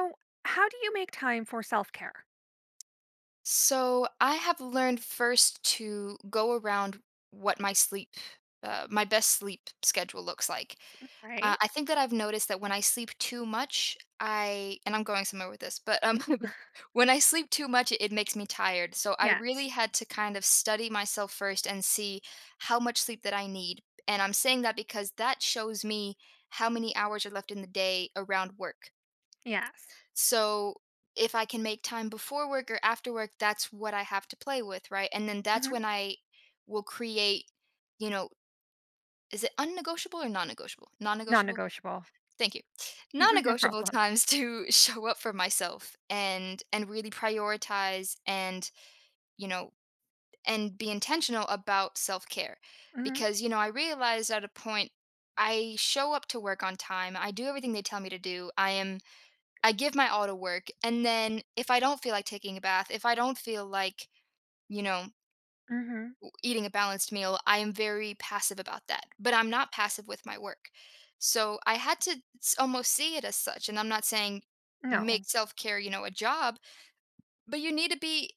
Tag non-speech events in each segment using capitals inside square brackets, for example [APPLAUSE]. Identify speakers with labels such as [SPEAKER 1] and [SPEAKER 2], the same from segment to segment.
[SPEAKER 1] So, how do you make time for self care?
[SPEAKER 2] So I have learned first to go around what my sleep, my best sleep schedule looks like.
[SPEAKER 1] Right?
[SPEAKER 2] I think that I've noticed that when I sleep too much, I'm going somewhere with this, but [LAUGHS] when I sleep too much, it makes me tired. So I really
[SPEAKER 1] Yes.
[SPEAKER 2] had to kind of study myself first and see how much sleep that I need. And I'm saying that because that shows me how many hours are left in the day around work.
[SPEAKER 1] Yes.
[SPEAKER 2] So if I can make time before work or after work, that's what I have to play with, right? And then that's
[SPEAKER 1] Hmm.
[SPEAKER 2] when I will create, you know, is it unnegotiable or non negotiable? Non
[SPEAKER 1] Non
[SPEAKER 2] negotiable.
[SPEAKER 1] negotiable.
[SPEAKER 2] Thank you. Non
[SPEAKER 1] [LAUGHS] No
[SPEAKER 2] negotiable
[SPEAKER 1] problem.
[SPEAKER 2] times to [LAUGHS] show up for myself and really prioritize and, you know, and be intentional about self care.
[SPEAKER 1] Hmm.
[SPEAKER 2] Because, you know, I realized at a point I show up to work on time. I do everything they tell me to do. I am I give my all to work, and then if I don't feel like taking a bath, if I don't feel like, you know,
[SPEAKER 1] Hmm.
[SPEAKER 2] eating a balanced meal, I am very passive about that. But I'm not passive with my work. So I had to almost see it as such. And I'm not saying make
[SPEAKER 1] No.
[SPEAKER 2] self care, a job, but you need to be,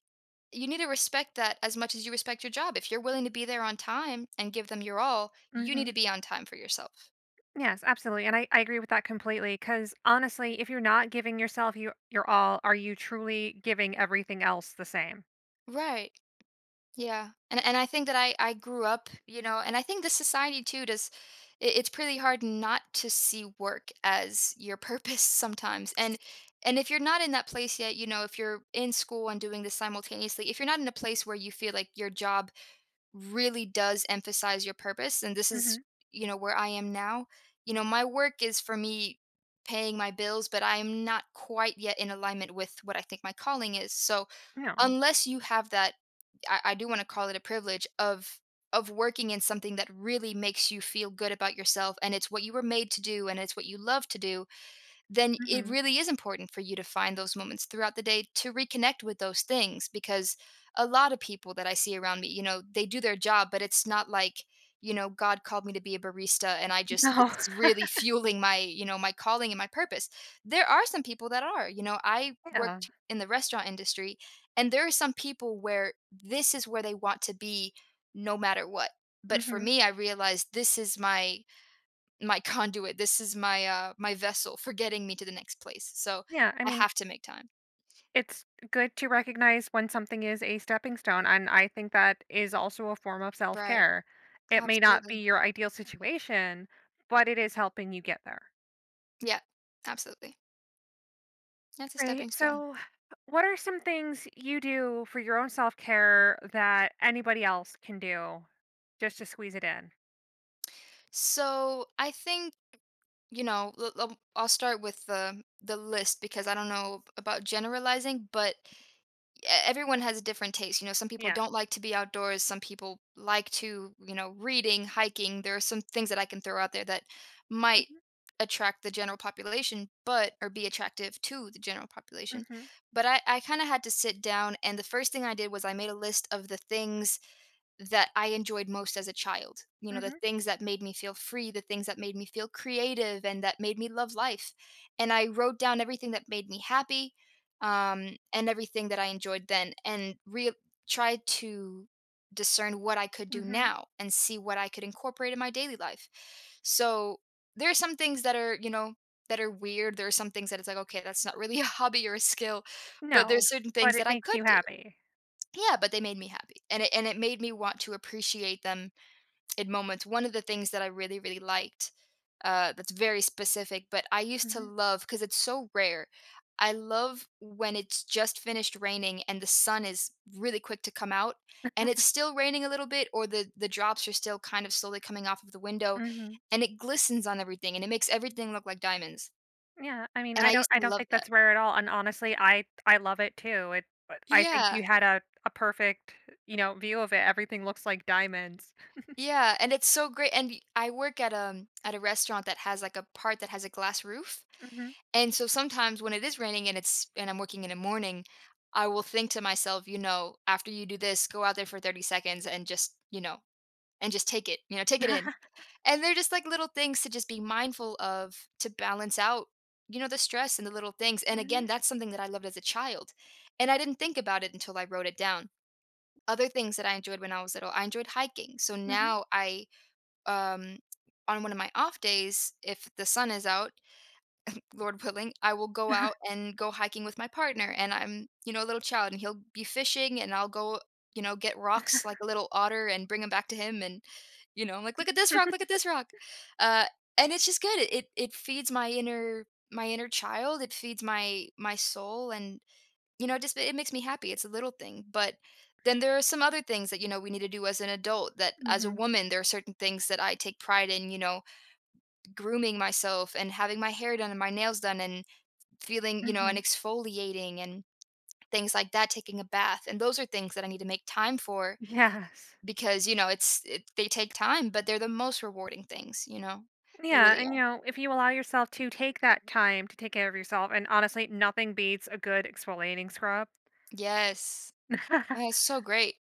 [SPEAKER 2] you need to respect that as much as you respect your job. If you're willing to be there on time and give them your all, you
[SPEAKER 1] Hmm.
[SPEAKER 2] need to be on time for yourself.
[SPEAKER 1] Yes, absolutely. And I agree with that completely. Because honestly, if you're not giving yourself your all, are you truly giving everything else the same?
[SPEAKER 2] Right. Yeah. And I think that I grew up, you know, and I think the society too does it's pretty hard not to see work as your purpose [LAUGHS] sometimes. And if you're not in that place yet, you know, if you're in school and doing this simultaneously, if you're not in a place where you feel like your job really does emphasize your purpose, and this
[SPEAKER 1] Hmm.
[SPEAKER 2] is, you know, where I am now, you know, my work is for me paying my bills, but I am not quite yet in alignment with what I think my calling is. So,
[SPEAKER 1] No.
[SPEAKER 2] unless you have that I do want to call it a privilege of working in something that really makes you feel good about yourself and it's what you were made to do and it's what you love to do, then it
[SPEAKER 1] Hmm.
[SPEAKER 2] really is important for you to find those moments throughout the day to reconnect with those things because a lot of people that I see around me, you know, they do their job, but it's not like, you know, God called me to be a barista and I just
[SPEAKER 1] No.
[SPEAKER 2] this is really [LAUGHS]
[SPEAKER 1] [LAUGHS]
[SPEAKER 2] fueling my, my calling and my purpose. There are some people that are, you know, I
[SPEAKER 1] Yeah.
[SPEAKER 2] worked in the restaurant industry and there are some people where this is where they want to be no matter what. But for
[SPEAKER 1] Hmm.
[SPEAKER 2] me, I realized this is my conduit. This is my my vessel for getting me to the next place. So
[SPEAKER 1] Yeah. I
[SPEAKER 2] I
[SPEAKER 1] mean,
[SPEAKER 2] have to make time.
[SPEAKER 1] it's good to recognize when something is a stepping stone, and I think that is also a form of
[SPEAKER 2] Right.
[SPEAKER 1] self-care. It may not be
[SPEAKER 2] Absolutely.
[SPEAKER 1] your ideal situation, but it is helping you get there.
[SPEAKER 2] Yeah. Absolutely. That's a
[SPEAKER 1] Right.
[SPEAKER 2] stepping stone.
[SPEAKER 1] So, what are some things you do for your own self care that anybody else can do just to squeeze it in?
[SPEAKER 2] So I think, I'll start with the list because I don't know about generalizing, but everyone has different tastes. You know, some people
[SPEAKER 1] Yeah.
[SPEAKER 2] don't like to be outdoors. Some people like to, you know, reading, hiking. There are some things that I can throw out there that might
[SPEAKER 1] Mhm.
[SPEAKER 2] attract the general population, but or be attractive to the general population.
[SPEAKER 1] Mhm.
[SPEAKER 2] But I kind of had to sit down, and the first thing I did was I made a list of the things that I enjoyed most as a child. You know, the
[SPEAKER 1] Mhm.
[SPEAKER 2] things that made me feel free, the things that made me feel creative and that made me love life. And I wrote down everything that made me happy, and everything that I enjoyed then and tried to discern what I could do
[SPEAKER 1] Mhm.
[SPEAKER 2] now and see what I could incorporate in my daily life. So there are some things that are, you know, that are weird. There are some things that it's like, okay, that's not really a hobby or a skill, but
[SPEAKER 1] No,
[SPEAKER 2] there's certain
[SPEAKER 1] but
[SPEAKER 2] things that
[SPEAKER 1] it
[SPEAKER 2] I
[SPEAKER 1] makes
[SPEAKER 2] could
[SPEAKER 1] you
[SPEAKER 2] do.
[SPEAKER 1] happy.
[SPEAKER 2] Yeah, but they made me happy, and it made me want to appreciate them in moments. One of the things that I really, really liked, that's very specific, but I used to
[SPEAKER 1] Mhm.
[SPEAKER 2] love because it's so rare. I love when it's just finished raining and the sun is really quick to come out, and it's still raining a little bit, or the drops are still kind of slowly coming off of the window,
[SPEAKER 1] Mhm.
[SPEAKER 2] and it glistens on everything, and it makes everything look like diamonds.
[SPEAKER 1] Yeah, I mean,
[SPEAKER 2] And I
[SPEAKER 1] I don't
[SPEAKER 2] used
[SPEAKER 1] I
[SPEAKER 2] to
[SPEAKER 1] don't
[SPEAKER 2] love
[SPEAKER 1] think
[SPEAKER 2] that.
[SPEAKER 1] that's rare at all, and honestly, I love it too. It But I think
[SPEAKER 2] Yeah.
[SPEAKER 1] you had a perfect view of it. Everything looks like diamonds.
[SPEAKER 2] Yeah, and it's so great and y I work at a restaurant that has, like, a part that has a glass roof,
[SPEAKER 1] Mhm.
[SPEAKER 2] and so sometimes when it is raining and it's and I'm working in the morning, I will think to myself, you know, "After you do this, go out there for 30 seconds and just, and just take it, you know, take it in." And they're just, like, little things to just be mindful of to balance out, you know, the stress and the little things, and again,
[SPEAKER 1] Mhm.
[SPEAKER 2] that's something that I loved as a child, and I didn't think about it until I wrote it down. Other things that I enjoyed when I was little, I enjoyed hiking, so
[SPEAKER 1] Mhm.
[SPEAKER 2] now I um, on one of my off days, if the sun is out, Lord willing, I will go
[SPEAKER 1] Mhm. Mhm.
[SPEAKER 2] out and go hiking with my partner. And I'm, you know, a little child, and he'll be fishing, and I'll go, you know, get rocks like a little otter and bring them back to him. And, you know, I'm like, look at this rock, look
[SPEAKER 1] [LAUGHS]
[SPEAKER 2] at this rock. Uh, and it's just good. It it feeds my inner child. It feeds my my soul, and you know, just it makes me happy, it's a little thing, but then there are some other things that, you know, we need to do as an adult that as a woman, there are certain things that I take pride in, you know, grooming myself and having my hair done and my nails done and feeling, you know, and
[SPEAKER 1] [LAUGHS]
[SPEAKER 2] exfoliating and things like that, taking a bath. And those are things that I need to make time for
[SPEAKER 1] Yes.
[SPEAKER 2] because, you know, they take time, but they're the most rewarding things, you know. They
[SPEAKER 1] Yeah,
[SPEAKER 2] really
[SPEAKER 1] and
[SPEAKER 2] are.
[SPEAKER 1] if you allow yourself to take that time to take care of yourself, and honestly, nothing beats a good exfoliating scrub.
[SPEAKER 2] Yes. Well, that's
[SPEAKER 1] [LAUGHS]
[SPEAKER 2] so great.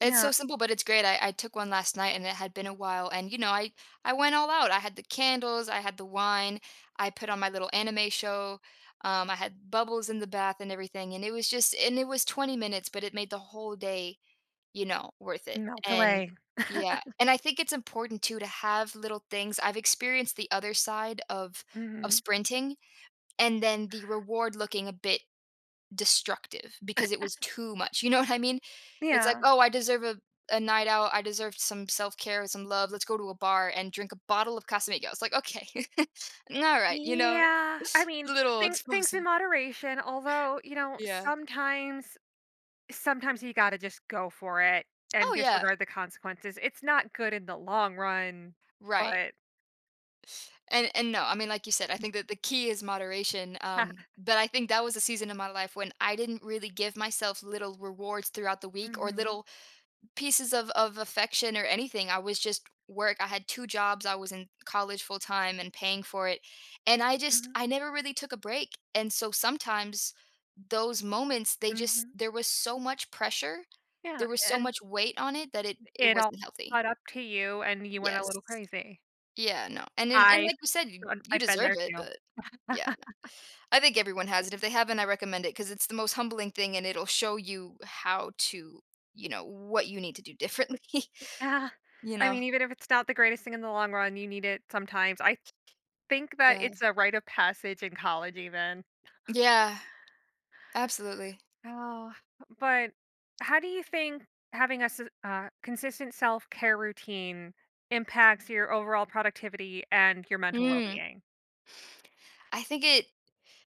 [SPEAKER 2] It's
[SPEAKER 1] Yeah,
[SPEAKER 2] so simple, but it's great. I took one last night and it had been a while. And, you know, I went all out. I had the candles, I had the wine, I put on my little anime show. I had bubbles in the bath and everything. And it was just, and it was 20 minutes, but it made the whole day, you know, worth it.
[SPEAKER 1] melt
[SPEAKER 2] And
[SPEAKER 1] away.
[SPEAKER 2] yeah. And I think it's important too to have little things. I've experienced the other side of
[SPEAKER 1] Mhm.
[SPEAKER 2] sprinting and then the reward looking a bit destructive because it was too much, you know what I mean? It's like,
[SPEAKER 1] Yeah.
[SPEAKER 2] "Oh, I deserve a night out, I deserve some self-care, some love, let's go to a bar and drink a bottle of Casamigos." Like, "Okay. [LAUGHS] Alright," you know? [LAUGHS]
[SPEAKER 1] Yeah,
[SPEAKER 2] a
[SPEAKER 1] I mean,
[SPEAKER 2] little
[SPEAKER 1] things
[SPEAKER 2] explosive,
[SPEAKER 1] in moderation, although
[SPEAKER 2] yeah.
[SPEAKER 1] sometimes you gotta just go for it and
[SPEAKER 2] Oh, yeah,
[SPEAKER 1] disregard the consequences. It's not good in the long run,
[SPEAKER 2] right.
[SPEAKER 1] but
[SPEAKER 2] And no, I mean, like you said, I think that the key is moderation,
[SPEAKER 1] [LAUGHS]
[SPEAKER 2] but I think that was a season in my life when I didn't really give myself little rewards throughout the week or
[SPEAKER 1] Mhm.
[SPEAKER 2] little pieces of affection or anything. I was just work. I had two jobs. I was in college full time and paying for it. And I just
[SPEAKER 1] Mhm.
[SPEAKER 2] I never really took a break. And so sometimes those moments, they just
[SPEAKER 1] Mhm.
[SPEAKER 2] there was so much pressure.
[SPEAKER 1] Yeah,
[SPEAKER 2] There was so
[SPEAKER 1] and
[SPEAKER 2] much weight on it that it
[SPEAKER 1] it all
[SPEAKER 2] wasn't healthy.
[SPEAKER 1] caught up to you and you went a
[SPEAKER 2] Yes.
[SPEAKER 1] little crazy.
[SPEAKER 2] Yeah, no. And then and
[SPEAKER 1] I've
[SPEAKER 2] like you said, you you
[SPEAKER 1] I've been
[SPEAKER 2] deserve
[SPEAKER 1] there
[SPEAKER 2] it,
[SPEAKER 1] too.
[SPEAKER 2] but yeah. I think everyone has it. If they haven't, I recommend it because it's the most humbling thing and it'll show you how to, you know, what you need to do differently,
[SPEAKER 1] Yeah,
[SPEAKER 2] [LAUGHS] you
[SPEAKER 1] I
[SPEAKER 2] know?
[SPEAKER 1] mean, even if it's not the greatest thing in the long run, you need it sometimes. I think that
[SPEAKER 2] Yeah.
[SPEAKER 1] it's a rite of passage in college even.
[SPEAKER 2] Yeah, absolutely.
[SPEAKER 1] Oh, but how do you think having a consistent self care routine impacts your overall productivity and your mental well
[SPEAKER 2] Mm.
[SPEAKER 1] being?
[SPEAKER 2] I think it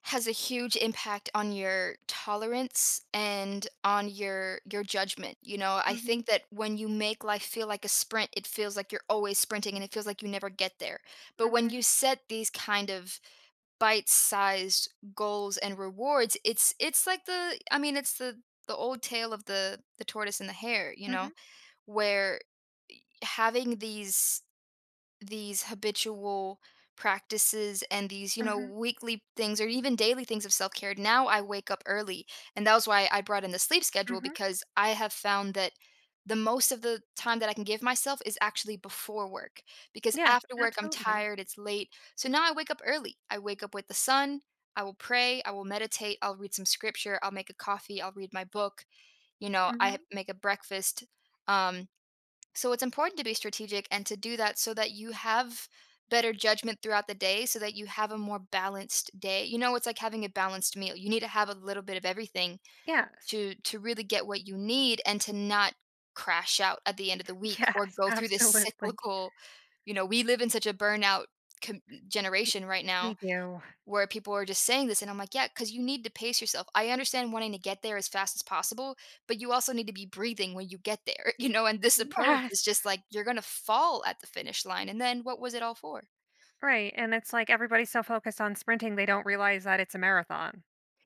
[SPEAKER 2] has a huge impact on your tolerance and on your judgment. You know, I
[SPEAKER 1] Mm-hmm,
[SPEAKER 2] think that when you make life feel like a sprint, it feels like you're always sprinting and it feels like you never get there. But when
[SPEAKER 1] mm-hmm,
[SPEAKER 2] you set these kind of bite-sized goals and rewards, it's like it's the old tale of the tortoise and the hare, you know,
[SPEAKER 1] mm-hmm,
[SPEAKER 2] where having these habitual practices and these, you know,
[SPEAKER 1] mm-hmm,
[SPEAKER 2] weekly things or even daily things of self care. Now I wake up early. And that was why I brought in the sleep schedule
[SPEAKER 1] mm-hmm.
[SPEAKER 2] because I have found that the most of the time that I can give myself is actually before work because
[SPEAKER 1] Yes,
[SPEAKER 2] after work, I'm
[SPEAKER 1] absolutely.
[SPEAKER 2] tired, it's late. So now I wake up early. I wake up with the sun. I will pray, I will meditate, I'll read some scripture, I'll make a coffee, I'll read my book, you know, I
[SPEAKER 1] Mm-hmm.
[SPEAKER 2] make a breakfast. Um, so it's important to be strategic and to do that so that you have better judgment throughout the day so that you have a more balanced day. You know, it's like having a balanced meal. You need to have a little bit of everything
[SPEAKER 1] Yes,
[SPEAKER 2] to really get what you need and to not crash out at the end of the
[SPEAKER 1] [LAUGHS]
[SPEAKER 2] week or
[SPEAKER 1] yes,
[SPEAKER 2] go through this
[SPEAKER 1] absolutely.
[SPEAKER 2] cyclical, you know, we live in such a burnout com-
[SPEAKER 1] We,
[SPEAKER 2] generation right
[SPEAKER 1] we
[SPEAKER 2] now
[SPEAKER 1] do.
[SPEAKER 2] where people are just saying this and I'm like, yeah, because you need to pace yourself. I understand wanting to get there as fast as possible, but you also need to be breathing when you get there, [LAUGHS] you know, and this approach is
[SPEAKER 1] Yes.
[SPEAKER 2] just like, "You're gonna fall at the finish line, and then what was it all for?"
[SPEAKER 1] Right, and it's like everybody's so focused on sprinting, they don't realize that it's a marathon.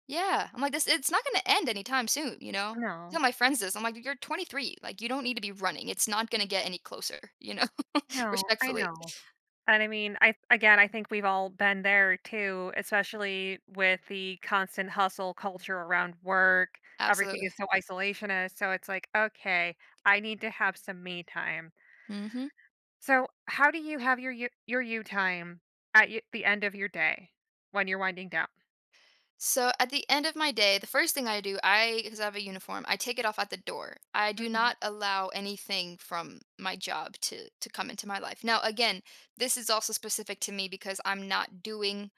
[SPEAKER 2] Yeah, I'm like, "This it's not gonna end anytime soon," you know? I tell
[SPEAKER 1] No,
[SPEAKER 2] my friends this, I'm like, "You're 23, like, you don't need to be running. It's not gonna get any closer," you know? [LAUGHS]
[SPEAKER 1] no, I
[SPEAKER 2] Respectfully.
[SPEAKER 1] know. And I mean, I again, I think we've all been there too, especially with the constant hustle culture around work. Everything
[SPEAKER 2] Absolutely.
[SPEAKER 1] is so isolationist, so it's like, okay, I need to have some me time.
[SPEAKER 2] Mhm.
[SPEAKER 1] So, how do you have your your you time at the end of your day when you're winding down?
[SPEAKER 2] So at the end of my day, the first thing I do, I because I have a uniform, I take it off at the door. I do
[SPEAKER 1] Hmm.
[SPEAKER 2] not allow anything from my job to come into my life. Now, again, this is also specific to me because I'm not doing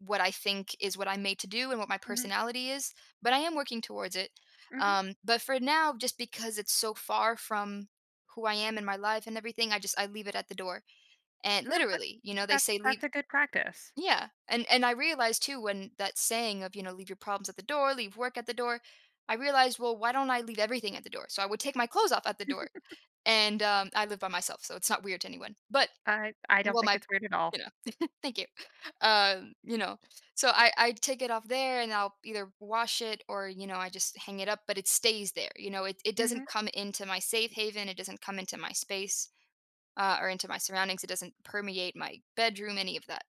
[SPEAKER 2] what I think is what I'm made to do and what my
[SPEAKER 1] Hmm.
[SPEAKER 2] personality is, but I am working towards it.
[SPEAKER 1] Hmm.
[SPEAKER 2] But for now, just because it's so far from who I am in my life and everything, I leave it at the door. And
[SPEAKER 1] Yeah, but
[SPEAKER 2] literally, you know, they
[SPEAKER 1] that's
[SPEAKER 2] say leave,
[SPEAKER 1] that's a good practice.
[SPEAKER 2] yeah. And I realized too when that saying of, you know, leave your problems at the door, leave work at the door, I realized, well, why don't I leave everything at the door? So I would take my clothes off at the door. And I live by myself, so it's not weird to anyone. But
[SPEAKER 1] I don't
[SPEAKER 2] well
[SPEAKER 1] think
[SPEAKER 2] my
[SPEAKER 1] it's weird at all.
[SPEAKER 2] you know, [LAUGHS] thank you. You know. So I take it off there and I'll either wash it or, you know, I just hang it up, but it stays there. You know, it doesn't
[SPEAKER 1] Mhm,
[SPEAKER 2] come into my safe haven, it doesn't come into my space, or into my surroundings. It doesn't permeate my bedroom, any of that,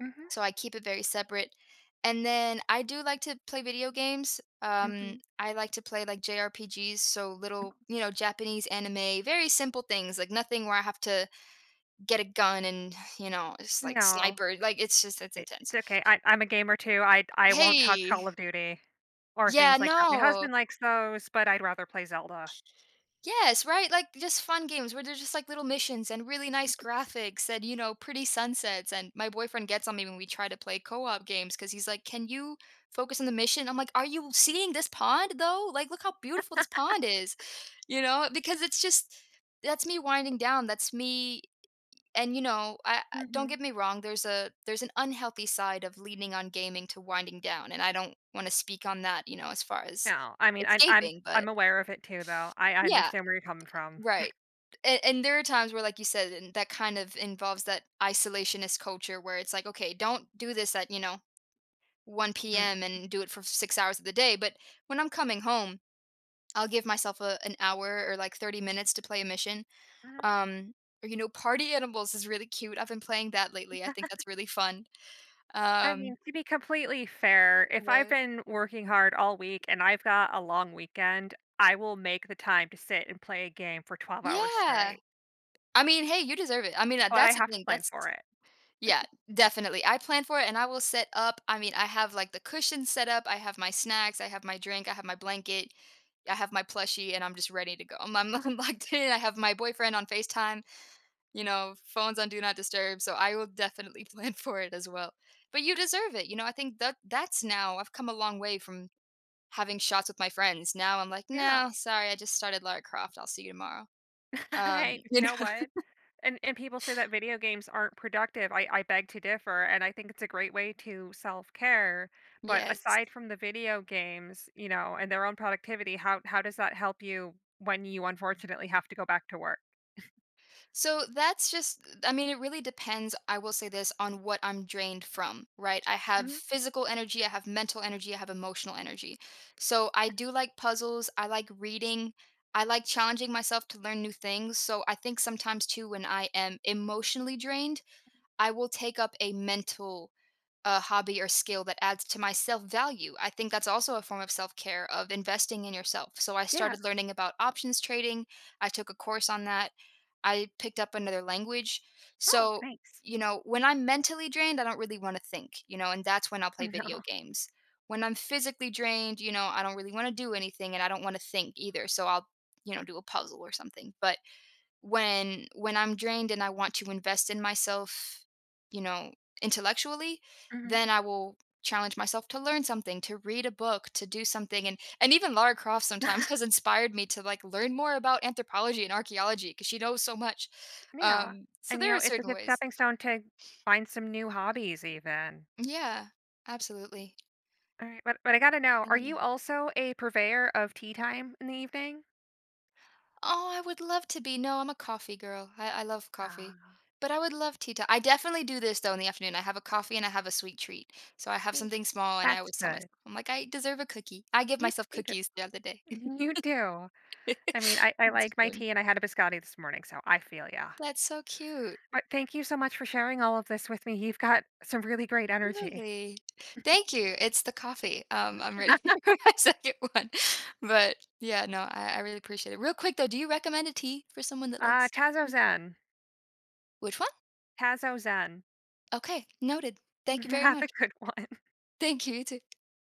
[SPEAKER 1] mhm,
[SPEAKER 2] so I keep it very separate. And then I do like to play video games. Um,
[SPEAKER 1] mhm.
[SPEAKER 2] I like to play like JRPGs, so little, you know, Japanese anime, very simple things, like nothing where I have to get a gun and, [SIGHS] you know, it's like
[SPEAKER 1] No,
[SPEAKER 2] sniper. Like it's just, it's
[SPEAKER 1] it's
[SPEAKER 2] intense.
[SPEAKER 1] okay. I'm a gamer too. I won't touch
[SPEAKER 2] Hey,
[SPEAKER 1] Call of Duty or
[SPEAKER 2] yeah,
[SPEAKER 1] things like that. My
[SPEAKER 2] no.
[SPEAKER 1] husband likes those, but I'd rather play Zelda.
[SPEAKER 2] Yes, right? Like, just fun games where there's just, like, little missions and really nice graphics and, you know, pretty sunsets, and my boyfriend gets on me when we try to play co-op games because he's like, "Can you focus on the mission?" I'm like, "Are you seeing this pond, though? Like, look how beautiful this pond is," you know? Because it's just that's me winding down, that's me and, you know, I don't
[SPEAKER 1] Mhm.
[SPEAKER 2] get me wrong, there's a there's an unhealthy side of leaning on gaming to winding down, and I don't wanna speak on that, you know, as far as
[SPEAKER 1] No, I mean, I I'm
[SPEAKER 2] escaping, but
[SPEAKER 1] I'm aware of it too, though. I
[SPEAKER 2] yeah.
[SPEAKER 1] understand where you're coming from.
[SPEAKER 2] Right. And there are times where, like you said, and that kind of involves that isolationist culture where it's like, okay, don't do this at, you know, 1
[SPEAKER 1] Mm,
[SPEAKER 2] p.m. and do it for 6 hours of the day. But when I'm coming home, I'll give myself a, an hour or like 30 minutes to play a mission.
[SPEAKER 1] mhm.
[SPEAKER 2] Um, or, you know, Party Animals is really cute. I've been playing that lately. I think that's really fun.
[SPEAKER 1] I
[SPEAKER 2] Um,
[SPEAKER 1] mean, to be completely fair, if I've
[SPEAKER 2] but
[SPEAKER 1] been working hard all week and I've got a long weekend, I will make the time to sit and play a game for 12 hours
[SPEAKER 2] yeah,
[SPEAKER 1] straight,
[SPEAKER 2] I mean, hey, you deserve it. I mean,
[SPEAKER 1] but I
[SPEAKER 2] that's the
[SPEAKER 1] have to
[SPEAKER 2] thing.
[SPEAKER 1] plan
[SPEAKER 2] That's,
[SPEAKER 1] for it.
[SPEAKER 2] yeah, definitely. I plan for it and I will set up. I mean, I have like the cushion set up, I have my snacks, I have my drink, I have my blanket, I have my plushie, and I'm just ready to go. I'm [LAUGHS] locked in. I have my boyfriend on FaceTime, you know, phones on do not disturb. So I will definitely [LAUGHS] plan for it as well. But you deserve it. You know, I think that that's now, I've come a long way from having shots with my friends. Now I'm like,
[SPEAKER 1] Yeah.
[SPEAKER 2] no, sorry, I just started Lara Croft. I'll see you tomorrow.
[SPEAKER 1] [LAUGHS] I
[SPEAKER 2] [LAUGHS]
[SPEAKER 1] But you
[SPEAKER 2] You know,
[SPEAKER 1] know what? And people say that video games aren't productive. I beg to differ, and I think it's a great way to self-care, but
[SPEAKER 2] yes.
[SPEAKER 1] aside from the video games, and their own productivity, how does that help you when you unfortunately have to go back to work?
[SPEAKER 2] So that's just, I mean, it really depends. I will say this on what I'm drained from, right? I have
[SPEAKER 1] Mhm.
[SPEAKER 2] physical energy, I have mental energy, I have emotional energy. So I do like puzzles, I like reading, I like challenging myself to learn new things. So I think sometimes too, when I am emotionally drained, I will take up a hobby or skill that adds to my self-value. I think that's also a form of self-care, of investing in yourself. So I
[SPEAKER 1] Yeah.
[SPEAKER 2] started learning about options trading. I took a course on that. I picked up another language.
[SPEAKER 1] Oh,
[SPEAKER 2] So,
[SPEAKER 1] thanks.
[SPEAKER 2] you know, when I'm mentally drained, I don't really want to think, you know, and that's when I'll play video
[SPEAKER 1] No.
[SPEAKER 2] games. When I'm physically drained, you know, I don't really want to do anything and I don't want to think either. So I'll, you know, do a puzzle or something. But when I'm drained and I want to invest in myself, you know, intellectually, then
[SPEAKER 1] Mhm.
[SPEAKER 2] I will challenge myself to learn something, to read a book, to do something, and even Lara Croft sometimes [LAUGHS] has
[SPEAKER 1] [LAUGHS]
[SPEAKER 2] inspired me to like learn more about anthropology and archaeology because she knows so much.
[SPEAKER 1] Yeah.
[SPEAKER 2] So
[SPEAKER 1] And, you
[SPEAKER 2] there
[SPEAKER 1] know,
[SPEAKER 2] are
[SPEAKER 1] it's a
[SPEAKER 2] certain
[SPEAKER 1] good
[SPEAKER 2] ways.
[SPEAKER 1] stepping stone to find some new hobbies even.
[SPEAKER 2] Yeah, absolutely.
[SPEAKER 1] All right, but I gotta know, are
[SPEAKER 2] Mm.
[SPEAKER 1] you also a purveyor of tea time in the evening?
[SPEAKER 2] Oh, I would love to be. No, I'm a coffee girl. I love coffee.
[SPEAKER 1] Ah,
[SPEAKER 2] But I would love tea time. I definitely do this though in the afternoon. I have a coffee and I have a sweet treat. So I have
[SPEAKER 1] see,
[SPEAKER 2] something small and I
[SPEAKER 1] that's
[SPEAKER 2] always tell myself,
[SPEAKER 1] good.
[SPEAKER 2] I'm like, I deserve a cookie. I give
[SPEAKER 1] You
[SPEAKER 2] myself
[SPEAKER 1] you
[SPEAKER 2] cookies throughout the day. [LAUGHS]
[SPEAKER 1] do, you do. I mean, I
[SPEAKER 2] It's
[SPEAKER 1] like my
[SPEAKER 2] important.
[SPEAKER 1] tea and I had a biscotti this morning, so I feel yeah.
[SPEAKER 2] That's so cute.
[SPEAKER 1] But thank you so much for sharing all of this with me. You've got some really great energy.
[SPEAKER 2] Really. Thank you. It's the coffee. I'm ready
[SPEAKER 1] [LAUGHS]
[SPEAKER 2] [LAUGHS] for my second one. But yeah, no, I really appreciate it. Real quick though, do you recommend a tea for someone that likes,
[SPEAKER 1] Tazo Zen.
[SPEAKER 2] which one?
[SPEAKER 1] Tazo Zen.
[SPEAKER 2] Okay, noted. Thank you
[SPEAKER 1] [LAUGHS]
[SPEAKER 2] very
[SPEAKER 1] Have a
[SPEAKER 2] much.
[SPEAKER 1] good one.
[SPEAKER 2] Thank you, you too.